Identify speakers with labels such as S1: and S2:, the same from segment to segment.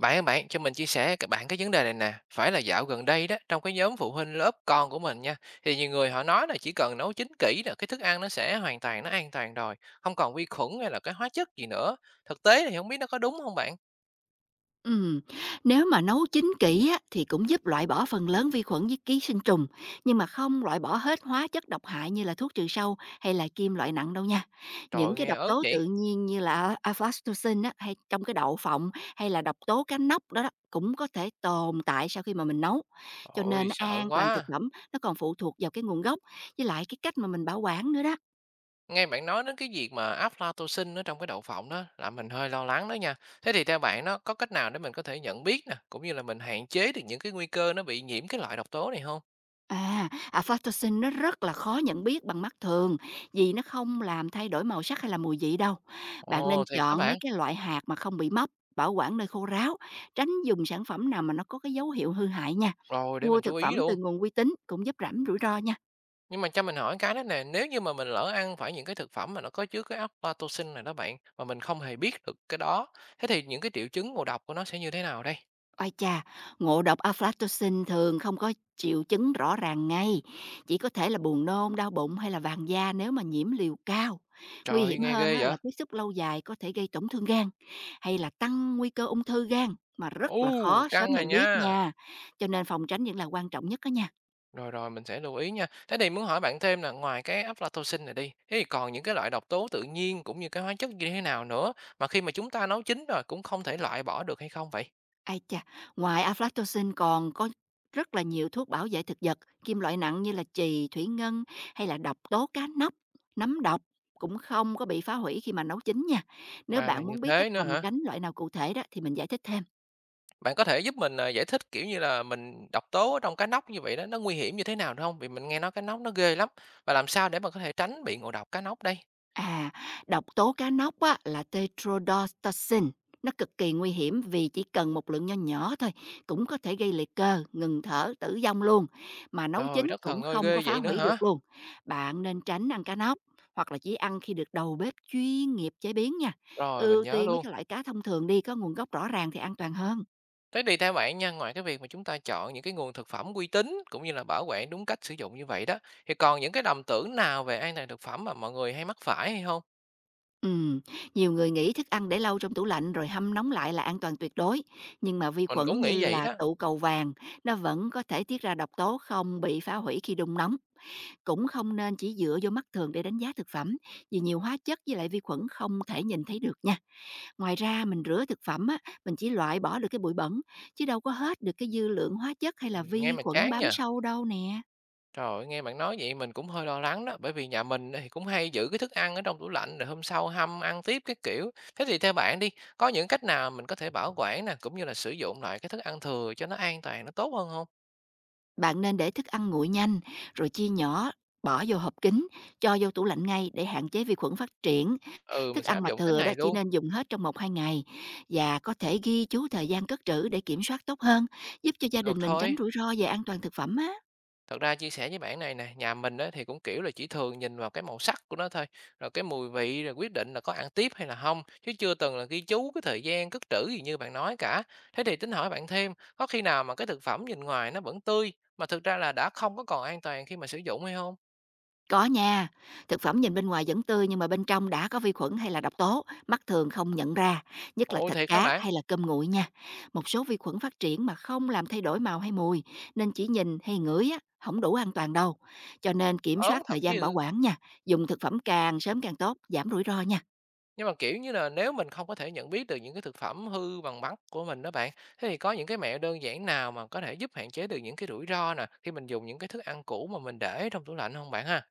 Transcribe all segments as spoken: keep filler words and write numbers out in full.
S1: Bạn ơi bạn, cho mình chia sẻ các bạn cái vấn đề này nè. Phải là dạo gần đây đó, trong cái nhóm phụ huynh lớp con của mình nha, thì nhiều người họ nói là chỉ cần nấu chín kỹ là cái thức ăn nó sẽ hoàn toàn nó an toàn rồi, không còn vi khuẩn hay là cái hóa chất gì nữa. Thực tế thì không biết nó có đúng không bạn?
S2: Ừm, Nếu mà nấu chín kỹ á, thì cũng giúp loại bỏ phần lớn vi khuẩn với ký sinh trùng, nhưng mà không loại bỏ hết hóa chất độc hại như là thuốc trừ sâu hay là kim loại nặng đâu nha.
S1: Trời
S2: Những
S1: ơi,
S2: cái
S1: nghe
S2: độc
S1: ớn
S2: tố
S1: vậy.
S2: tự nhiên như là aflatoxin á, hay trong cái đậu phộng hay là độc tố cá nóc đó, đó cũng có thể tồn tại sau khi mà mình nấu. Cho
S1: Ôi
S2: nên
S1: sợ
S2: an toàn thực
S1: quá.
S2: phẩm nó còn phụ thuộc vào cái nguồn gốc với lại cái cách mà mình bảo quản nữa đó.
S1: Nghe bạn nói đến cái việc mà aflatoxin ở trong cái đậu phộng đó là mình hơi lo lắng đó nha. Thế thì theo bạn nó có cách nào để mình có thể nhận biết nè, cũng như là mình hạn chế được những cái nguy cơ nó bị nhiễm cái loại độc tố này không?
S2: À, aflatoxin nó rất là khó nhận biết bằng mắt thường, vì nó không làm thay đổi màu sắc hay là mùi vị đâu. Bạn nên
S1: Ồ, thì các
S2: chọn mấy
S1: bạn.
S2: cái loại hạt mà không bị mốc, bảo quản nơi khô ráo, tránh dùng sản phẩm nào mà nó có cái dấu hiệu hư hại nha.
S1: Rồi để
S2: Mua
S1: mình chú
S2: thực
S1: ý
S2: phẩm từ
S1: luôn.
S2: nguồn uy tín cũng giúp giảm rủi ro nha.
S1: Nhưng mà cho mình hỏi cái đó nè, nếu như mà mình lỡ ăn phải những cái thực phẩm mà nó có chứa cái óc Latoxin này đó bạn, mà mình không hề biết được cái đó, thế thì những cái triệu chứng ngộ độc của nó sẽ như thế nào đây?
S2: Ôi chà, ngộ độc aflatoxin thường không có triệu chứng rõ ràng ngay, chỉ có thể là buồn nôn, đau bụng hay là vàng da nếu mà nhiễm liều cao. Nguy
S1: Trời,
S2: hiểm
S1: nghe
S2: hơn
S1: ghê
S2: á,
S1: vậy?
S2: là tiếp xúc lâu dài có thể gây tổn thương gan hay là tăng nguy cơ ung thư gan, mà rất
S1: U,
S2: là khó sớm
S1: căng này
S2: nhận biết
S1: nha.
S2: nha. Cho nên phòng tránh vẫn là quan trọng nhất đó nha.
S1: Rồi rồi mình sẽ lưu ý nha. Thế thì muốn hỏi bạn thêm là ngoài cái aflatoxin này đi, thế thì còn những cái loại độc tố tự nhiên cũng như cái hóa chất như thế nào nữa mà khi mà chúng ta nấu chín rồi cũng không thể loại bỏ được hay không vậy?
S2: ai chà! Ngoài aflatoxin còn có rất là nhiều thuốc bảo vệ thực vật, kim loại nặng như là chì, thủy ngân hay là độc tố cá nóc, nấm độc cũng không có bị phá hủy khi mà nấu chín nha. Nếu
S1: Ra là
S2: bạn
S1: như
S2: muốn biết cách
S1: thế nữa
S2: phòng
S1: hả?
S2: tránh loại nào cụ thể đó thì mình giải thích thêm.
S1: Bạn có thể giúp mình, à, giải thích, kiểu như là, mình độc tố ở trong cá nóc như vậy đó, nó nguy hiểm như thế nào được hông? Vì mình nghe nói cá nóc nó ghê lắm, và làm sao để mà có thể tránh bị ngộ độc cá nóc đây?
S2: À, độc tố cá nóc á, là tetrodotoxin. Nó cực kỳ nguy hiểm vì chỉ cần một lượng nho nhỏ thôi cũng có thể gây liệt cơ, ngừng thở, tử vong luôn. Mà nấu
S1: Trời
S2: chín
S1: đất
S2: cũng
S1: thần ơi,
S2: không có
S1: ghê
S2: phá
S1: vậy nữa
S2: hủy
S1: hả?
S2: được luôn. Bạn nên tránh ăn cá nóc hoặc là chỉ ăn khi được đầu bếp chuyên nghiệp chế biến nha.
S1: Rồi, mình
S2: Ưu
S1: nhớ
S2: tiên mấy
S1: luôn.
S2: cái loại cá thông thường đi, có nguồn gốc rõ ràng thì an toàn hơn.
S1: Thế thì theo bạn nha, ngoài cái việc mà chúng ta chọn những cái nguồn thực phẩm uy tín, cũng như là bảo quản đúng cách sử dụng như vậy đó, thì còn những cái lầm tưởng nào về an toàn thực phẩm mà mọi người hay mắc phải hay không?
S2: Ừm, Nhiều người nghĩ thức ăn để lâu trong tủ lạnh rồi hâm nóng lại là an toàn tuyệt đối, nhưng mà vi
S1: Mình
S2: khuẩn
S1: cũng nghĩ
S2: như
S1: vậy
S2: là
S1: đó,
S2: tụ cầu vàng nó vẫn có thể tiết ra độc tố không bị phá hủy khi đun nóng. Cũng không nên chỉ dựa vô mắt thường để đánh giá thực phẩm, vì nhiều hóa chất với lại vi khuẩn không thể nhìn thấy được nha. Ngoài ra, mình rửa thực phẩm á, mình chỉ loại bỏ được cái bụi bẩn, chứ đâu có hết được cái dư lượng hóa chất hay là
S1: ừm, nghe
S2: vi
S1: mà
S2: khuẩn
S1: chán
S2: bám
S1: nhỉ.
S2: sâu đâu nè.
S1: Trời ơi, nghe bạn nói vậy mình cũng hơi lo lắng đó, bởi vì nhà mình thì cũng hay giữ cái thức ăn ở trong tủ lạnh rồi hôm sau hâm ăn tiếp cái kiểu. Thế thì theo bạn đi, có những cách nào mình có thể bảo quản nè, cũng như là sử dụng lại cái thức ăn thừa cho nó an toàn, nó tốt hơn không?
S2: Bạn nên để thức ăn nguội nhanh, rồi chia nhỏ, bỏ vô hộp kín, cho vô tủ lạnh ngay để hạn chế vi khuẩn phát triển.
S1: Ừ, mình
S2: Thức
S1: sẽ
S2: ăn
S1: áp
S2: mà
S1: dụng cái
S2: thừa đó
S1: này
S2: chỉ
S1: luôn.
S2: nên dùng hết trong một hai ngày. Và có thể ghi chú thời gian cất trữ để kiểm soát tốt hơn, giúp cho gia
S1: Được
S2: đình mình tránh
S1: thôi.
S2: rủi ro về an toàn thực phẩm á.
S1: Thật ra chia sẻ với bạn này nè, nhà mình á thì cũng, kiểu là, chỉ thường nhìn vào cái màu sắc của nó thôi, rồi cái mùi vị rồi quyết định là có ăn tiếp hay là không chứ chưa từng là ghi chú cái thời gian cất trữ gì như bạn nói cả. Thế thì tính hỏi bạn thêm, có khi nào mà cái thực phẩm nhìn ngoài nó vẫn tươi, mà thực ra là đã không có còn an toàn khi mà sử dụng hay không?
S2: Có nha, thực phẩm nhìn bên ngoài vẫn tươi nhưng mà bên trong đã có vi khuẩn hay là độc tố, mắt thường không nhận ra, nhất là
S1: Ôi
S2: thịt
S1: thiệt hả
S2: cá
S1: bạn?
S2: hay là cơm nguội nha. Một số vi khuẩn phát triển mà không làm thay đổi màu hay mùi, nên chỉ nhìn hay ngửi á, không đủ an toàn đâu. Cho nên kiểm
S1: Ớn
S2: soát thời
S1: thật
S2: gian bảo
S1: chứ.
S2: quản nha, dùng thực phẩm càng sớm càng tốt, giảm rủi ro nha.
S1: Nhưng mà, kiểu như là, nếu mình không có thể nhận biết được những cái thực phẩm hư bằng mắt của mình đó bạn, thế thì có những cái mẹo đơn giản nào mà có thể giúp hạn chế được những cái rủi ro nè, khi mình dùng những cái thức ăn cũ mà mình để trong tủ lạnh không bạn ha?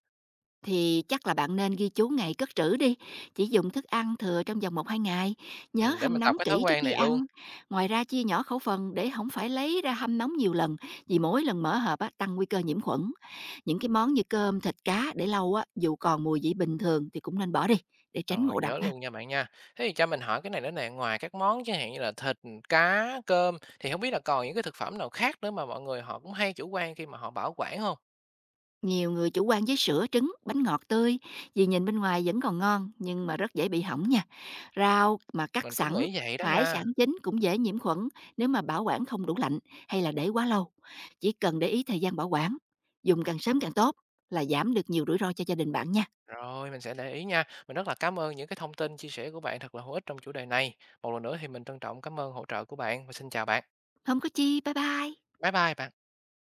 S2: Thì chắc là bạn nên ghi chú ngày cất trữ đi, chỉ dùng thức ăn thừa trong vòng một hai ngày, nhớ
S1: Ừm, để
S2: hâm
S1: mình tập
S2: nóng
S1: cái thói
S2: kỹ trước
S1: quen
S2: khi
S1: này luôn,
S2: ăn. Ngoài ra, chia nhỏ khẩu phần để không phải lấy ra hâm nóng nhiều lần, vì mỗi lần mở hộp á, tăng nguy cơ nhiễm khuẩn. Những cái món như cơm, thịt, cá để lâu á, dù còn mùi vị bình thường thì cũng nên bỏ đi để tránh ngộ
S1: rồi
S2: độc
S1: nhớ
S2: ha.
S1: luôn nha bạn nha. Thế thì cho mình hỏi cái này nữa nè, ngoài các món chẳng hạn như là thịt, cá, cơm thì không biết là còn những cái thực phẩm nào khác nữa mà mọi người họ cũng hay chủ quan khi mà họ bảo quản không?
S2: Nhiều người chủ quan với sữa, trứng, bánh ngọt tươi vì nhìn bên ngoài vẫn còn ngon nhưng mà rất dễ bị hỏng nha. Rau mà cắt
S1: Mình cũng
S2: sẵn,
S1: nghĩ vậy đó
S2: hải
S1: nha.
S2: sản chín cũng dễ nhiễm khuẩn nếu mà bảo quản không đủ lạnh hay là để quá lâu. Chỉ cần để ý thời gian bảo quản, dùng càng sớm càng tốt là giảm được nhiều rủi ro cho gia đình bạn nha.
S1: Rồi, mình sẽ để ý nha. Mình rất là cảm ơn những cái thông tin chia sẻ của bạn thật là hữu ích trong chủ đề này. Một lần nữa thì mình trân trọng cảm ơn hỗ trợ của bạn và xin chào bạn.
S2: Không có chi, bye bye.
S1: Bye bye bạn.